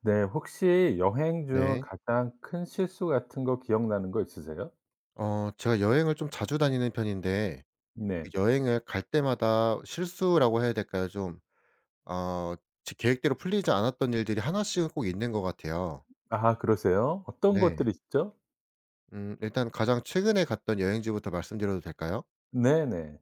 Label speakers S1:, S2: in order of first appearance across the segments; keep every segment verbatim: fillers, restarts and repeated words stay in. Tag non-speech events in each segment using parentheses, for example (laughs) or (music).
S1: 네. 혹시 여행 중
S2: 네.
S1: 가장 큰 실수 같은 거 기억나는 거 있으세요?
S2: 어 제가 여행을 좀 자주 다니는 편인데 그
S1: 네.
S2: 여행을 갈 때마다 실수라고 해야 될까요? 좀 어 제 계획대로 풀리지 않았던 일들이 하나씩은 꼭 있는 것 같아요.
S1: 아 그러세요? 어떤
S2: 네.
S1: 것들이 있죠?
S2: 음 일단 가장 최근에 갔던 여행지부터 말씀드려도 될까요?
S1: 네네.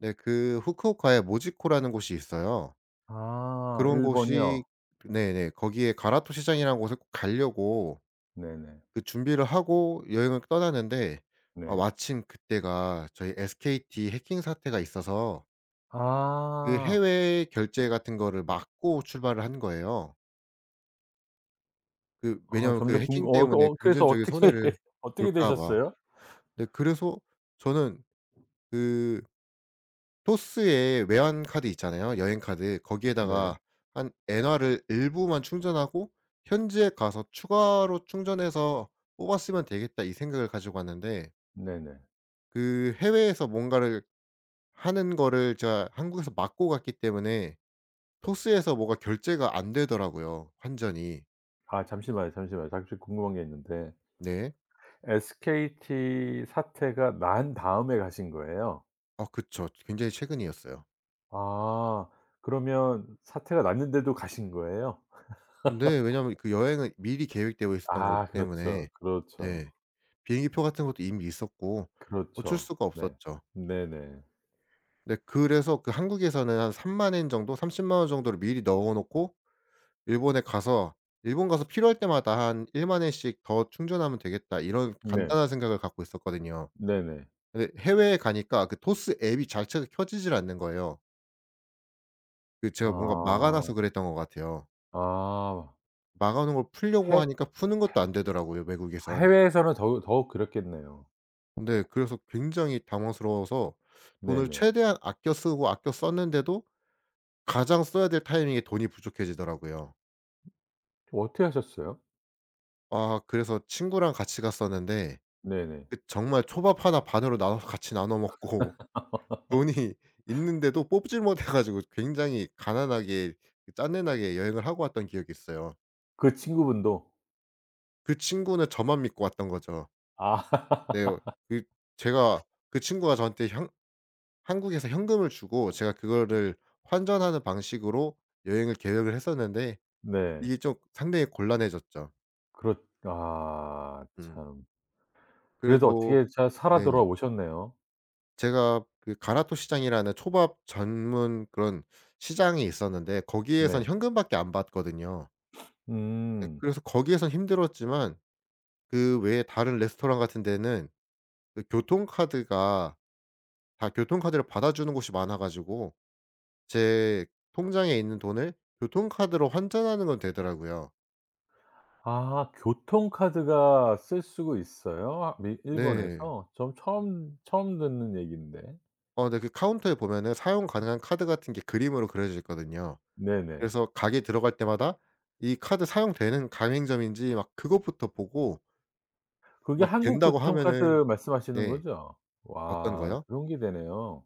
S2: 네 그 후쿠오카에 모지코라는 곳이 있어요.
S1: 아
S2: 그런 곳이
S1: 일본이요?
S2: 네네. 거기에 가라토 시장이라는 곳을 꼭 가려고
S1: 네네.
S2: 그 준비를 하고 여행을 떠나는데 어
S1: 네.
S2: 마침 그때가 저희 에스케이티 해킹 사태가 있어서 그
S1: 아.
S2: 해외 결제 같은 거를 막고 출발을 한 거예요. 그
S1: 아
S2: 왜냐하면 그
S1: 점점 궁금
S2: 해킹
S1: 어
S2: 때문에
S1: 어 그래서
S2: 금전적인
S1: 어떻게
S2: 손해를
S1: (laughs) 어떻게
S2: 볼까 봐.
S1: 되셨어요?
S2: 네 그래서 저는 그 토스의 외환 카드 있잖아요, 여행 카드.
S1: 네.
S2: 거기에다가 한 엔화를 일부만 충전하고 '현지에 가서 추가로 충전해서 뽑았으면 되겠다.' 이 생각을 가지고 갔는데
S1: 네네.
S2: 그 해외에서 뭔가를 하는 거를 제가 한국에서 막고 갔기 때문에 토스에서 뭐가 결제가 안 되더라고요, 환전이.
S1: 아 잠시만요, 잠시만요. 잠시 궁금한 게 있는데
S2: 네.
S1: 에스케이티 사태가 난 다음에 가신 거예요?
S2: 아 그쵸. 굉장히 최근이었어요.
S1: 아 그러면 사태가 났는데도 가신 거예요?
S2: 네. 왜냐하면 그 여행은 미리 계획되어 있었던 거기
S1: 아 그렇죠.
S2: 때문에
S1: 그렇죠.
S2: 네. 비행기표 같은 것도 이미 있었고 어쩔
S1: 그렇죠.
S2: 수가
S1: 네.
S2: 없었죠.
S1: 네네.
S2: 네 그래서 그 한국에서는 한삼만 엔 정도 삼십만 원 정도를 미리 넣어 놓고 일본에 가서 '일본 가서 필요할 때마다 한일만 엔씩 더 충전하면 되겠다.' 이런
S1: 네.
S2: 간단한 생각을 갖고 있었거든요.
S1: 네네.
S2: 근데 해외에 가니까 그 토스 앱이 자체가 켜지질 않는 거예요. 그 제가 뭔가 막아
S1: 아.
S2: 놔서 그랬던 것 같아요.
S1: 아.
S2: 막아 놓은 걸 풀려고
S1: 해
S2: 하니까 푸는 것도 안 되더라고요 외국에선.
S1: 해외에서는 더우 더욱 그렇겠네요.
S2: 근데 그래서 굉장히 당황스러워서 돈을
S1: 네네.
S2: 최대한 아껴 쓰고 아껴 썼는데도 가장 써야 될 타이밍에 돈이 부족해지더라고요.
S1: 어떻게 하셨어요?
S2: 아 그래서 친구랑 같이 갔었는데
S1: 네네.
S2: 그 정말 초밥 하나 반으로 나눠서 같이 나눠 먹고 (laughs) 돈이 있는데도 뽑질 못해 가지고 굉장히 가난하게 그 짠내나게 여행을 하고 왔던 기억이 있어요.
S1: 그 친구분도?
S2: 그 친구는 저만 믿고 왔던 거죠. 네.
S1: 아.
S2: 어,
S1: (laughs)
S2: 그 제가 그 친구가 저한테 향 한국에서 현금을 주고 제가 그거를 환전하는 방식으로 여행을 계획을 했었는데
S1: 네.
S2: 이게 좀 상당히 곤란해졌죠.
S1: 그렇 아
S2: 음.
S1: 참. 그래도
S2: 그래도
S1: 어떻게 잘 살아
S2: 네.
S1: 돌아오셨네요.
S2: 제가 그 가라토 시장이라는 초밥 전문 그런 시장이 있었는데 거기에선
S1: 네.
S2: 현금밖에 안 받거든요. 예
S1: 음.
S2: 그래서 거기에선 힘들었지만 그 외에 다른 레스토랑 같은 데는 그 교통카드가 다 교통카드를 받아주는 곳이 많아 가지고 제 통장에 있는 돈을 교통카드로 환전하는 건 되더라고요.
S1: 아 교통카드가 쓸 수가 있어요? 아, 미
S2: 네.
S1: 일본에서? 전 처음 처음 듣는 얘기인데.
S2: 어 네 그 카운터에 보면은 사용 가능한 카드 같은 게 그림으로 그려져 있거든요.
S1: 네네.
S2: 그래서 가게 들어갈 때마다 이 카드 사용되는 가맹점인지 막 그것부터 보고
S1: 그게
S2: 막
S1: 한국
S2: 된다고 하면은
S1: 교통카드 말씀하시는
S2: 네.
S1: 거죠?
S2: 어떤
S1: 와
S2: 거요?
S1: 그런 게 되네요.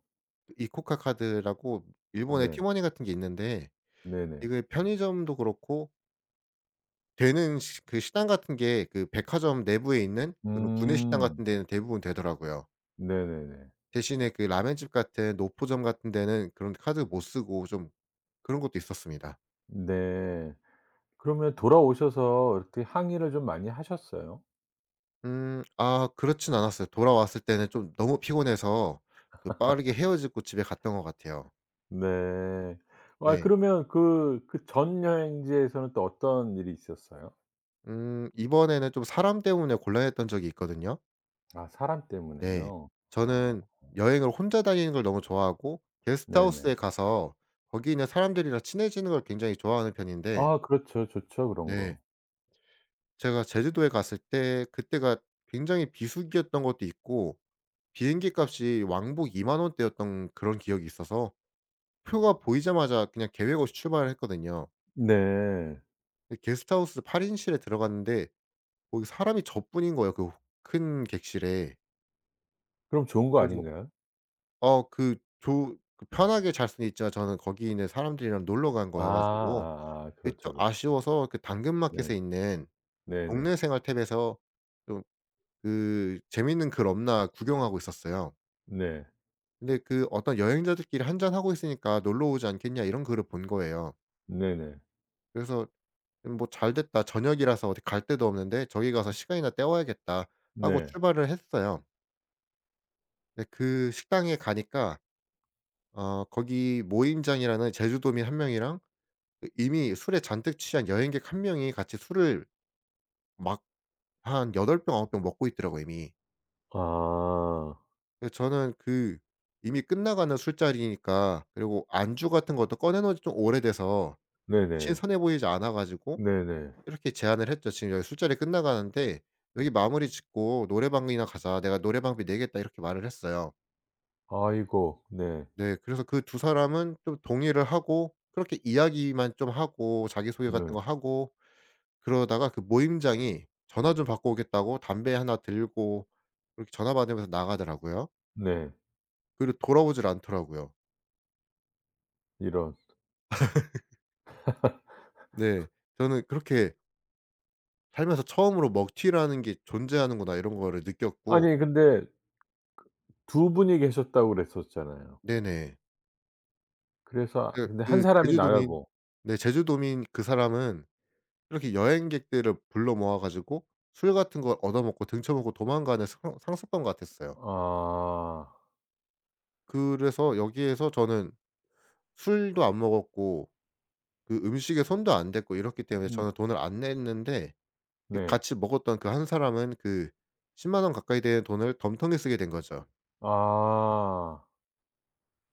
S2: 이코카 카드라고 일본의
S1: 네.
S2: 티머니 같은 게 있는데
S1: 네네.
S2: 이게 편의점도 그렇고 되는 시 그 식당 같은 게 그 백화점 내부에 있는 그런 구내식당
S1: 음.
S2: 같은 데는 대부분 되더라고요.
S1: 네네네.
S2: 대신에 그 라멘집 같은 노포점 같은 데는 그런 카드 못 쓰고 좀 그런 것도 있었습니다.
S1: 네. 그러면 돌아오셔서 이렇게 항의를 좀 많이 하셨어요?
S2: 음. 아 그렇진 않았어요. 돌아왔을 때는 좀 너무 피곤해서 그 빠르게 헤어지고 집에 갔던 것 같아요.
S1: 네. 아
S2: 네.
S1: 그러면 그 그 전 여행지에서는 또 어떤 일이 있었어요?
S2: 음 이번에는 좀 사람 때문에 곤란했던 적이 있거든요.
S1: 아 사람
S2: 네.
S1: 때문에요. 어
S2: 저는 여행을 혼자 다니는 걸 너무 좋아하고
S1: 네네.
S2: 게스트하우스에 가서 거기 있는 사람들이랑 친해지는 걸 굉장히 좋아하는 편인데
S1: 아 그렇죠. 좋죠 그런
S2: 네.
S1: 거.
S2: 제가 제주도에 갔을 때 그때가 굉장히 비수기였던 것도 있고 비행기 값이 왕복 이만 원대였던 그런 기억이 있어서 표가 보이자마자 그냥 계획 없이 출발을 했거든요.
S1: 네.
S2: 근데 게스트하우스 팔 인실에 들어갔는데 거기 사람이 저뿐인 거예요 그 큰 객실에.
S1: 그럼 좋은 거
S2: 그래서
S1: 아닌가요?
S2: 어 그 조 그 편하게 잘 수는 있지만 저는 거기 있는 사람들이랑 놀러 간
S1: 아
S2: 거여 가지고
S1: 아아
S2: 그게
S1: 그렇죠,
S2: 좀
S1: 그렇죠.
S2: 아쉬워서 그
S1: 네.
S2: 당근마켓에 있는
S1: 네네.
S2: 동네 생활 탭에서 좀 그 재밌는 글 없나 구경하고 있었어요.
S1: 네.
S2: 근데 그 어떤 여행자들끼리 한잔하고 있으니까 "놀러 오지 않겠냐." 이런 글을 본 거예요.
S1: 네네.
S2: 그래서 음 뭐 '잘 됐다. 저녁이라서 어디 갈 데도 없는데 저기 가서 시간이나 때워야겠다.' 하고
S1: 네.
S2: 출발을 했어요. 근데 그 식당에 가니까 어 거기 모임장이라는 제주도민 한 명이랑 그 이미 술에 잔뜩 취한 여행객 한 명이 같이 술을 막 한 여덟 병 아홉 병 먹고 있더라고요 이미.
S1: 아.
S2: 그래서 저는 그 이미 끝나가는 술자리니까 그리고 안주 같은 것도 꺼내 놓은 지 좀 오래돼서
S1: 네네.
S2: 신선해 보이지 않아 가지고
S1: 네네.
S2: 이렇게 제안을 했죠. "지금 여기 술자리 끝나가는데 여기 마무리 짓고 노래방이나 가자. 내가 노래방비 내겠다." 이렇게 말을 했어요.
S1: 아이고. 네.
S2: 네. 그래서 그 두 사람은 좀 동의를 하고 그렇게 이야기만 좀 하고 자기소개
S1: 네.
S2: 같은 거 하고 그러다가 그 모임장이 전화 좀 받고 오겠다고 담배 하나 들고 그렇게 전화 받으면서 나가더라고요.
S1: 네.
S2: 그리고 돌아오질 않더라고요.
S1: 이런.
S2: 네. 저는 그렇게 살면서 처음으로 먹튀라는 게 존재하는구나 이런 거를 느꼈고
S1: 아니 근데 두 분이 계셨다고 그랬었잖아요.
S2: 네네.
S1: 그래서 아,
S2: 그
S1: 근데 한
S2: 그
S1: 사람이
S2: 제주도민,
S1: 나가고.
S2: 네, 제주도민 그 사람은 이렇게 여행객들을 불러 모아 가지고 술 같은 걸 얻어먹고 등쳐먹고 도망가는 상 상습범 같았어요.
S1: 아.
S2: 그래서 여기에서 저는 술도 안 먹었고 그 음식에 손도 안 댔고 이렇기 때문에
S1: 네.
S2: 저는 돈을 안 냈는데 이
S1: 네.
S2: 같이 먹었던 그 한 사람은 그1 0원 가까이 되는 돈을 덤텅이 쓰게 된 거죠.
S1: 아.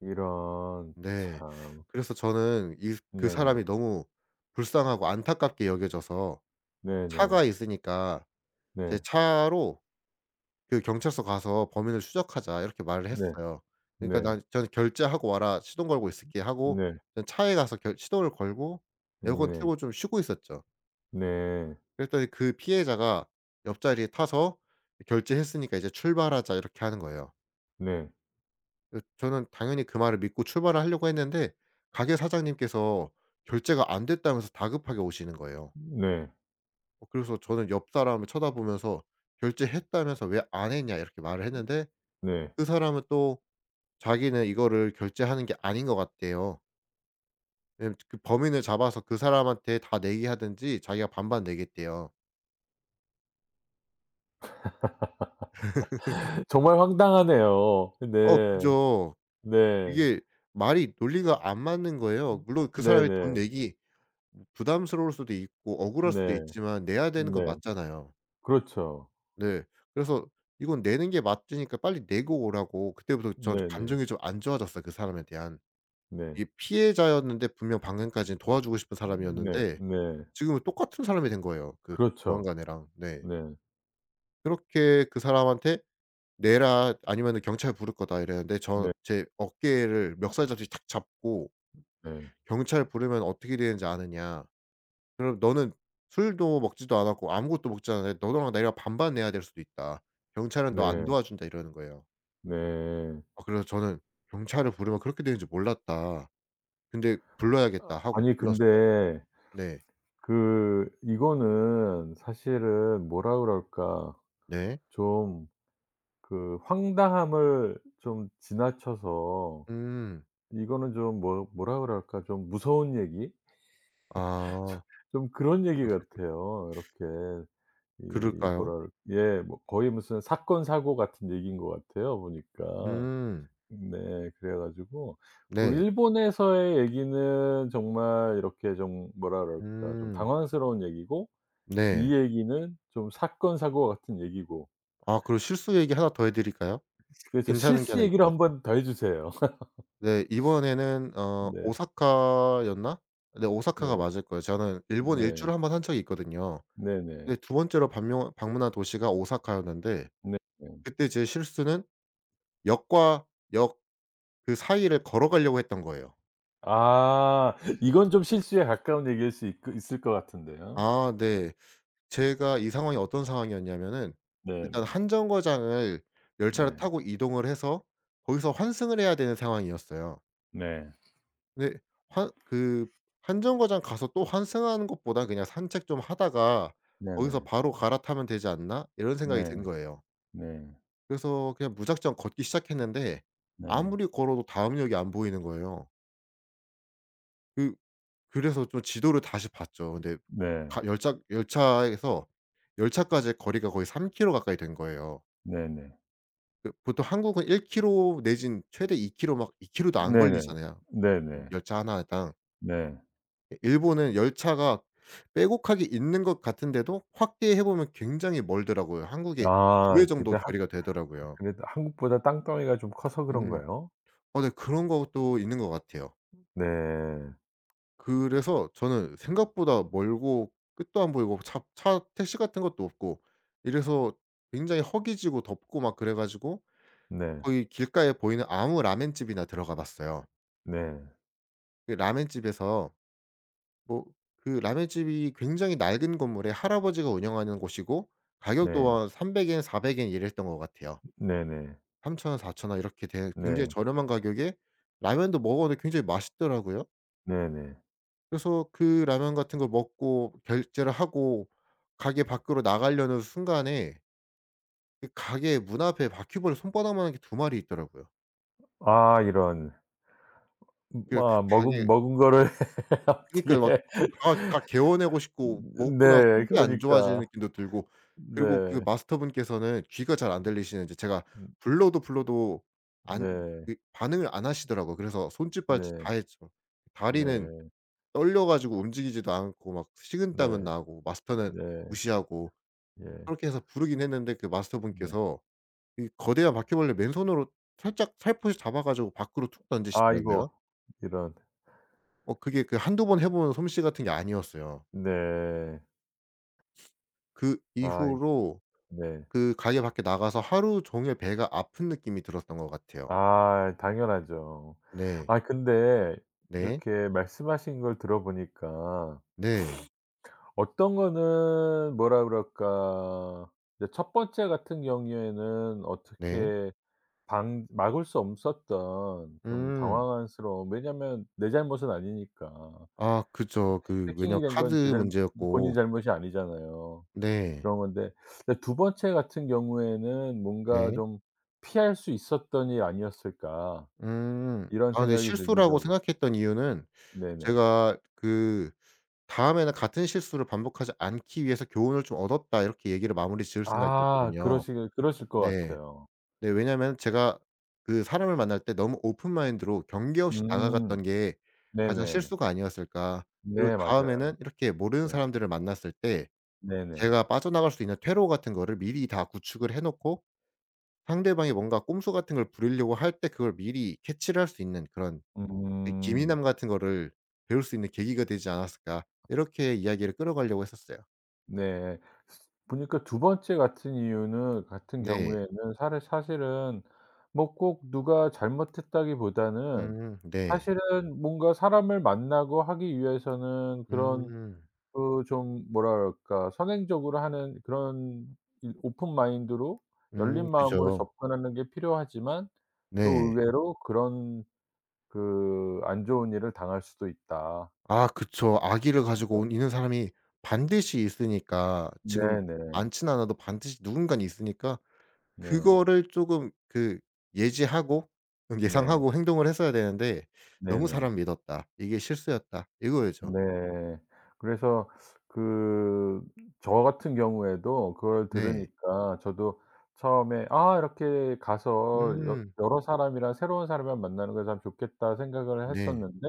S1: 이런.
S2: 네.
S1: 참.
S2: 그래서 저는 이 그
S1: 네네.
S2: 사람이 너무 불쌍하고 안타깝게 여겨져서
S1: 네네.
S2: 차가 있으니까 제
S1: 네.
S2: 차로 그 "경찰서 가서 범인을 추적하자." 이렇게 말을
S1: 네.
S2: 했어요. 그러니까
S1: 네.
S2: 난 저는 "결제하고 와라. 시동 걸고 있을게." 하고
S1: 네.
S2: 전 차에 가서 결 시동을 걸고 에어컨
S1: 네.
S2: 틀고 좀 쉬고 있었죠.
S1: 네.
S2: 그랬더니 그 피해자가 옆자리에 타서 "결제했으니까 이제 출발하자." 이렇게 하는 거예요.
S1: 네.
S2: 그 저는 당연히 그 말을 믿고 출발을 하려고 했는데 가게 사장님께서 결제가 안 됐다면서 다급하게 오시는 거예요.
S1: 네.
S2: 어 그래서 저는 옆 사람을 쳐다보면서 "결제했다면서 왜 안 했냐." 이렇게 말을 했는데
S1: 네.
S2: 그 사람은 또 자기는 이거를 결제하는 게 아닌 것 같대요. 왜냐면 그 범인을 잡아서 그 사람한테 다 내게 하든지 자기가 반반 내겠대요.
S1: 정말 황당하네요.
S2: 어
S1: 네.
S2: 그죠.
S1: 네.
S2: 이게 말이 논리가 안 맞는 거예요. 물론 그 사람이 돈
S1: 네네.
S2: 내기 부담스러울 수도 있고 억울할 수도
S1: 네.
S2: 있지만 내야 되는 건
S1: 네.
S2: 맞잖아요.
S1: 그렇죠.
S2: 네. 그래서 이건 내는 게 맞으니까 빨리 내고 오라고 그때부터 전
S1: 네네.
S2: 감정이 좀 안 좋아졌어요, 그 사람에 대한.
S1: 네.
S2: 이게 피해자였는데 분명 방금까지는 도와주고 싶은
S1: 네.
S2: 사람이었는데
S1: 네.
S2: 지금은 똑같은 사람이 된 거예요, 그
S1: 그렇죠.
S2: 보안관이랑. 네.
S1: 네.
S2: 그렇게 그 사람한테 "내라. 아니면은 경찰 부를 거다." 이랬는데 저
S1: 네.
S2: 제 어깨를 멱살잡이 탁 잡고
S1: 네.
S2: "경찰 부르면 어떻게 되는지 아느냐. 그럼 너는 술도 먹지도 않았고 아무것도 먹지 않았는데 너랑 내가 반반 내야 될 수도 있다. 경찰은 너 안
S1: 네.
S2: 도와준다." 이러는 거예요.
S1: 네.
S2: 아 그래서 저는 '경찰을 부르면 그렇게 되는 줄 몰랐다. 근데
S1: 아
S2: 불러야겠다.' 하고
S1: 아니
S2: 불렀어요.
S1: 근데
S2: 네.
S1: 그 이거는 사실은 뭐라 그럴까?
S2: 네.
S1: 좀 그 황당함을 좀 지나쳐서
S2: 음.
S1: 이거는 좀 뭐 뭐라 그럴까? 좀 무서운 얘기? 좀
S2: 아
S1: 좀 그런 얘기 같아요. 이렇게 이 뭐
S2: 그럴까요?
S1: 랄 예 뭐 거의 무슨 사건 사고 같은 얘기인 것 같아요 보니까.
S2: 음.
S1: 네. 그래 가지고 그
S2: 네.
S1: 일본에서의 얘기는 정말 이렇게 좀 뭐라 그럴까 좀
S2: 음.
S1: 당황스러운 얘기고
S2: 네.
S1: 이 얘기는 좀 사건 사고 같은 얘기고
S2: 아 그리고 실수 얘기 하나 더 해 드릴까요?
S1: 그래서
S2: 괜찮은 게
S1: 실수
S2: 하나
S1: 얘기를 한
S2: 있거든요.
S1: 번 더 해 주세요. (laughs)
S2: 네. 이번에는 어
S1: 네.
S2: 오사카였나? 네 오사카가
S1: 네.
S2: 맞을 거예요. 저는 일본
S1: 네.
S2: 일주를 한 번 한 적이 있거든요.
S1: 네네.
S2: 근데 두 번째로 방명 방문한 도시가 오사카였는데
S1: 네네.
S2: 그때 제 실수는 역과 역 그 사이를 걸어가려고 했던 거예요.
S1: 아 이건 좀 실수에 가까운 얘기일 수 있 있을 것 같은데요.
S2: 아 네. 제가 이 상황이 어떤 상황이었냐면은 일단
S1: 네네.
S2: 한 정거장을 열차를
S1: 네.
S2: 타고 이동을 해서 거기서 환승을 해야 되는 상황이었어요.
S1: 네.
S2: 근데 한 그 한정거장 가서 또 환승하는 것보다 그냥 '산책 좀 하다가 거기서
S1: 네네.
S2: 바로 갈아타면 되지 않나?' 이런 생각이 든
S1: 네.
S2: 거예요.
S1: 네.
S2: 그래서 그냥 무작정 걷기 시작했는데
S1: 네.
S2: 아무리 걸어도 다음 역이 안 보이는 거예요. 그 그래서 좀 지도를 다시 봤죠. 근데
S1: 네.
S2: 가 열차 열차에서 열차까지의 거리가 거의 삼 킬로 가까이 된 거예요.
S1: 네네.
S2: 그 보통 한국은 일 킬로 내지는 최대 이 킬로 막 이 킬로도 안
S1: 네네.
S2: 걸리잖아요. 뭐
S1: 네네.
S2: 열차 하나당.
S1: 네.
S2: 일본은 열차가 빼곡하게 있는 것 같은데도 확대해 보면 굉장히 멀더라고요. 한국의 두
S1: 아
S2: 배
S1: 근데
S2: 정도
S1: 한
S2: 거리가 되더라고요.
S1: 그래도 한국보다 땅덩이가 좀 커서
S2: 음.
S1: 그런가요?
S2: 어 네 그런 것도 있는 것 같아요.
S1: 네.
S2: 그래서 저는 생각보다 멀고 끝도 안 보이고 차 차 택시 같은 것도 없고 이래서 굉장히 허기지고 덥고 막 그래 가지고
S1: 네.
S2: 거의 길가에 보이는 아무 라멘집이나 들어가 봤어요.
S1: 네.
S2: 그 라멘집에서 뭐 그 라면집이 굉장히 낡은 건물에 할아버지가 운영하는 곳이고 가격
S1: 네.
S2: 또한 삼백 엔 사백 엔 이랬던 것 같아요.
S1: 네네.
S2: 삼천 원사천 원 이렇게 된 굉장히
S1: 네.
S2: 저렴한 가격에 라면도 먹었는데 굉장히 맛있더라고요.
S1: 네네.
S2: 그래서 그 라면 같은 걸 먹고 결제를 하고 가게 밖으로 나가려는 순간에 그 가게 문 앞에 바퀴벌레 손바닥만한 게 두 마리 있더라고요.
S1: 아 이런. 음
S2: 그래서 그
S1: 아 먹은
S2: 가게
S1: 먹은 거를 (laughs)
S2: 그니
S1: 어떻게
S2: 까 막 다 다 개워내고 싶고 먹고 나서
S1: 네.
S2: 속이 안 좋아지는
S1: 그러니까.
S2: 느낌도 들고 그리고 그
S1: 네.
S2: 마스터분께서는 귀가 잘 안 들리시는지 제가
S1: 음
S2: 불러도 불러도 안
S1: 네.
S2: 그 반응을 안 하시더라고요. 그래서 손짓발짓
S1: 네.
S2: 다 했죠. 다리는
S1: 네.
S2: 떨려 가지고 움직이지도 않고 막
S1: 네.
S2: 식은땀은 나고 마스터는
S1: 네.
S2: 무시하고
S1: 예.
S2: 그렇게 해서 부르긴 했는데 그
S1: 네.
S2: 마스터분께서 이 거대한 바퀴벌레 맨손으로 살짝 살포시 잡아 가지고 밖으로 툭 던지시더라고요.
S1: 아이고. 이런.
S2: 어 그게 그 한두 번 해본 솜씨 같은 게 아니었어요.
S1: 네.
S2: 그
S1: 아이
S2: 이후로
S1: 네.
S2: 그 가게 밖에 나가서 하루 종일 배가 아픈 느낌이 들었던 것 같아요.
S1: 아 당연하죠.
S2: 네.
S1: 아 근데
S2: 네.
S1: 이렇게 말씀하신 걸 들어보니까
S2: 네.
S1: 어떤 거는 뭐라 그럴까 이제 첫 번째 같은 경우에는
S2: 네.
S1: 어떻게 방 막을 수 없었던 좀
S2: 음.
S1: 당황스러움 왜냐면 내 잘못은 아니니까
S2: 아 그죠. 그
S1: 해킹이
S2: 왜냐면
S1: 된 건 제
S2: 카드
S1: 잘 본인
S2: 문제였고.
S1: 잘못이 아니잖아요.
S2: 네.
S1: 그런 건데 근데 두 번째 같은 경우에는 뭔가
S2: 네.
S1: 좀 '피할 수 있었던 일 아니었을까.'
S2: 음.
S1: 이런
S2: 아 근데
S1: 생각이 들기도
S2: 실수라고
S1: 하고
S2: 생각했던 이유는
S1: 네네.
S2: 제가 그 '다음에는 같은 실수를 반복하지 않기 위해서 교훈을 좀 얻었다.' 이렇게 얘기를 마무리 지을
S1: 아
S2: 생각이었거든요.
S1: 그러시길 그러실 것
S2: 네.
S1: 같아요.
S2: 네. 왜냐면 제가 그 사람을 만날 때 너무 오픈 마인드로 경계 없이
S1: 음
S2: 다가갔던 게 가장
S1: 네네.
S2: 실수가 아니었을까. 그리고
S1: 네 맞아요.
S2: 다음에는 이렇게 모르는
S1: 네.
S2: 사람들을 만났을 때
S1: 네네.
S2: 제가 빠져나갈 수 있는 퇴로 같은 거를 미리 다 구축을 해 놓고 상대방이 뭔가 꼼수 같은 걸 부리려고 할 때 그걸 미리 캐치를 할 수 있는 그런 그
S1: 음
S2: 기민함 같은 거를 배울 수 있는 계기가 되지 않았을까. 이렇게 이야기를 끌어가려고 했었어요.
S1: 네. 보니까 두 번째 같은 이유는 같은
S2: 네.
S1: 경우에는 사르 사실은 뭐 꼭 누가 잘못했다기보다는
S2: 음. 네.
S1: 사실은 뭔가 사람을 만나고 하기 위해서는 그런
S2: 음.
S1: 그 좀 뭐랄까 선행적으로 하는 그런 이 오픈 마인드로 열린
S2: 음.
S1: 마음으로
S2: 그죠.
S1: 접근하는 게 필요하지만 또
S2: 네.
S1: 의외로 그런 그 안 좋은 일을 당할 수도 있다.
S2: 아 그쵸. 아기를 가지고
S1: 그죠?
S2: 온 있는 사람이 반드시 있으니까 지금
S1: 네네.
S2: 많진 않아도 반드시 누군가는 있으니까
S1: 네.
S2: 그거를 쪼금 그 예지하고 음
S1: 네.
S2: 예상하고 행동을 했어야 되는데 '너무
S1: 네네.
S2: 사람 믿었다. 이게 실수였다.' 이거였죠.
S1: 네. 그래서 그 저 같은 경우에도 그걸
S2: 네.
S1: 들으니까 저도 처음에 '아 이렇게 가서 여
S2: 음.
S1: 여러 사람이랑 새로운 사람이랑 만나는 거 참 좋겠다.' 생각을
S2: 네.
S1: 했었는데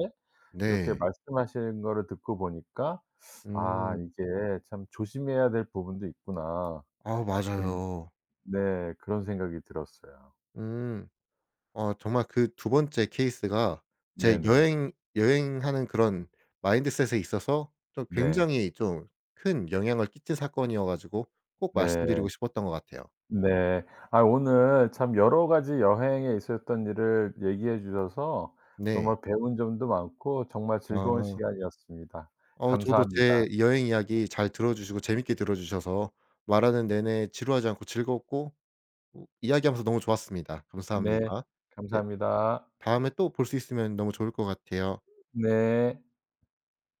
S1: 이렇게
S2: 네.
S1: 말씀하시는 거를 듣고 보니까 '아
S2: 음.
S1: 이게 참 조심해야 될 부분도 있구나.'
S2: 아
S1: 음
S2: 맞아요.
S1: 네 그런 생각이 들었어요.
S2: 음. 어 정말 그 두 번째 케이스가 제
S1: 네네.
S2: 여행 여행하는 그런 마인드셋에 있어서 좀
S1: 네.
S2: 굉장히 좀 큰 영향을 끼친 사건이어 가지고 꼭 말씀드리고
S1: 네.
S2: 싶었던 것 같아요.
S1: 네. 아 오늘 참 여러 가지 여행에 있었던 일을 얘기해 주셔서
S2: 네.
S1: 정말 배운 점도 많고 정말 즐거운
S2: 아.
S1: 시간이었습니다.
S2: 어 저도
S1: 감사합니다.
S2: 제 여행 이야기 잘 들어 주시고 재밌게 들어 주셔서 말하는 내내 지루하지 않고 즐겁고 어 이야기하면서 너무 좋았습니다.
S1: 네.
S2: 감사합니다. 네.
S1: 감사합니다.
S2: 다음에 또 볼 수 있으면 너무 좋을 것 같아요.
S1: 네.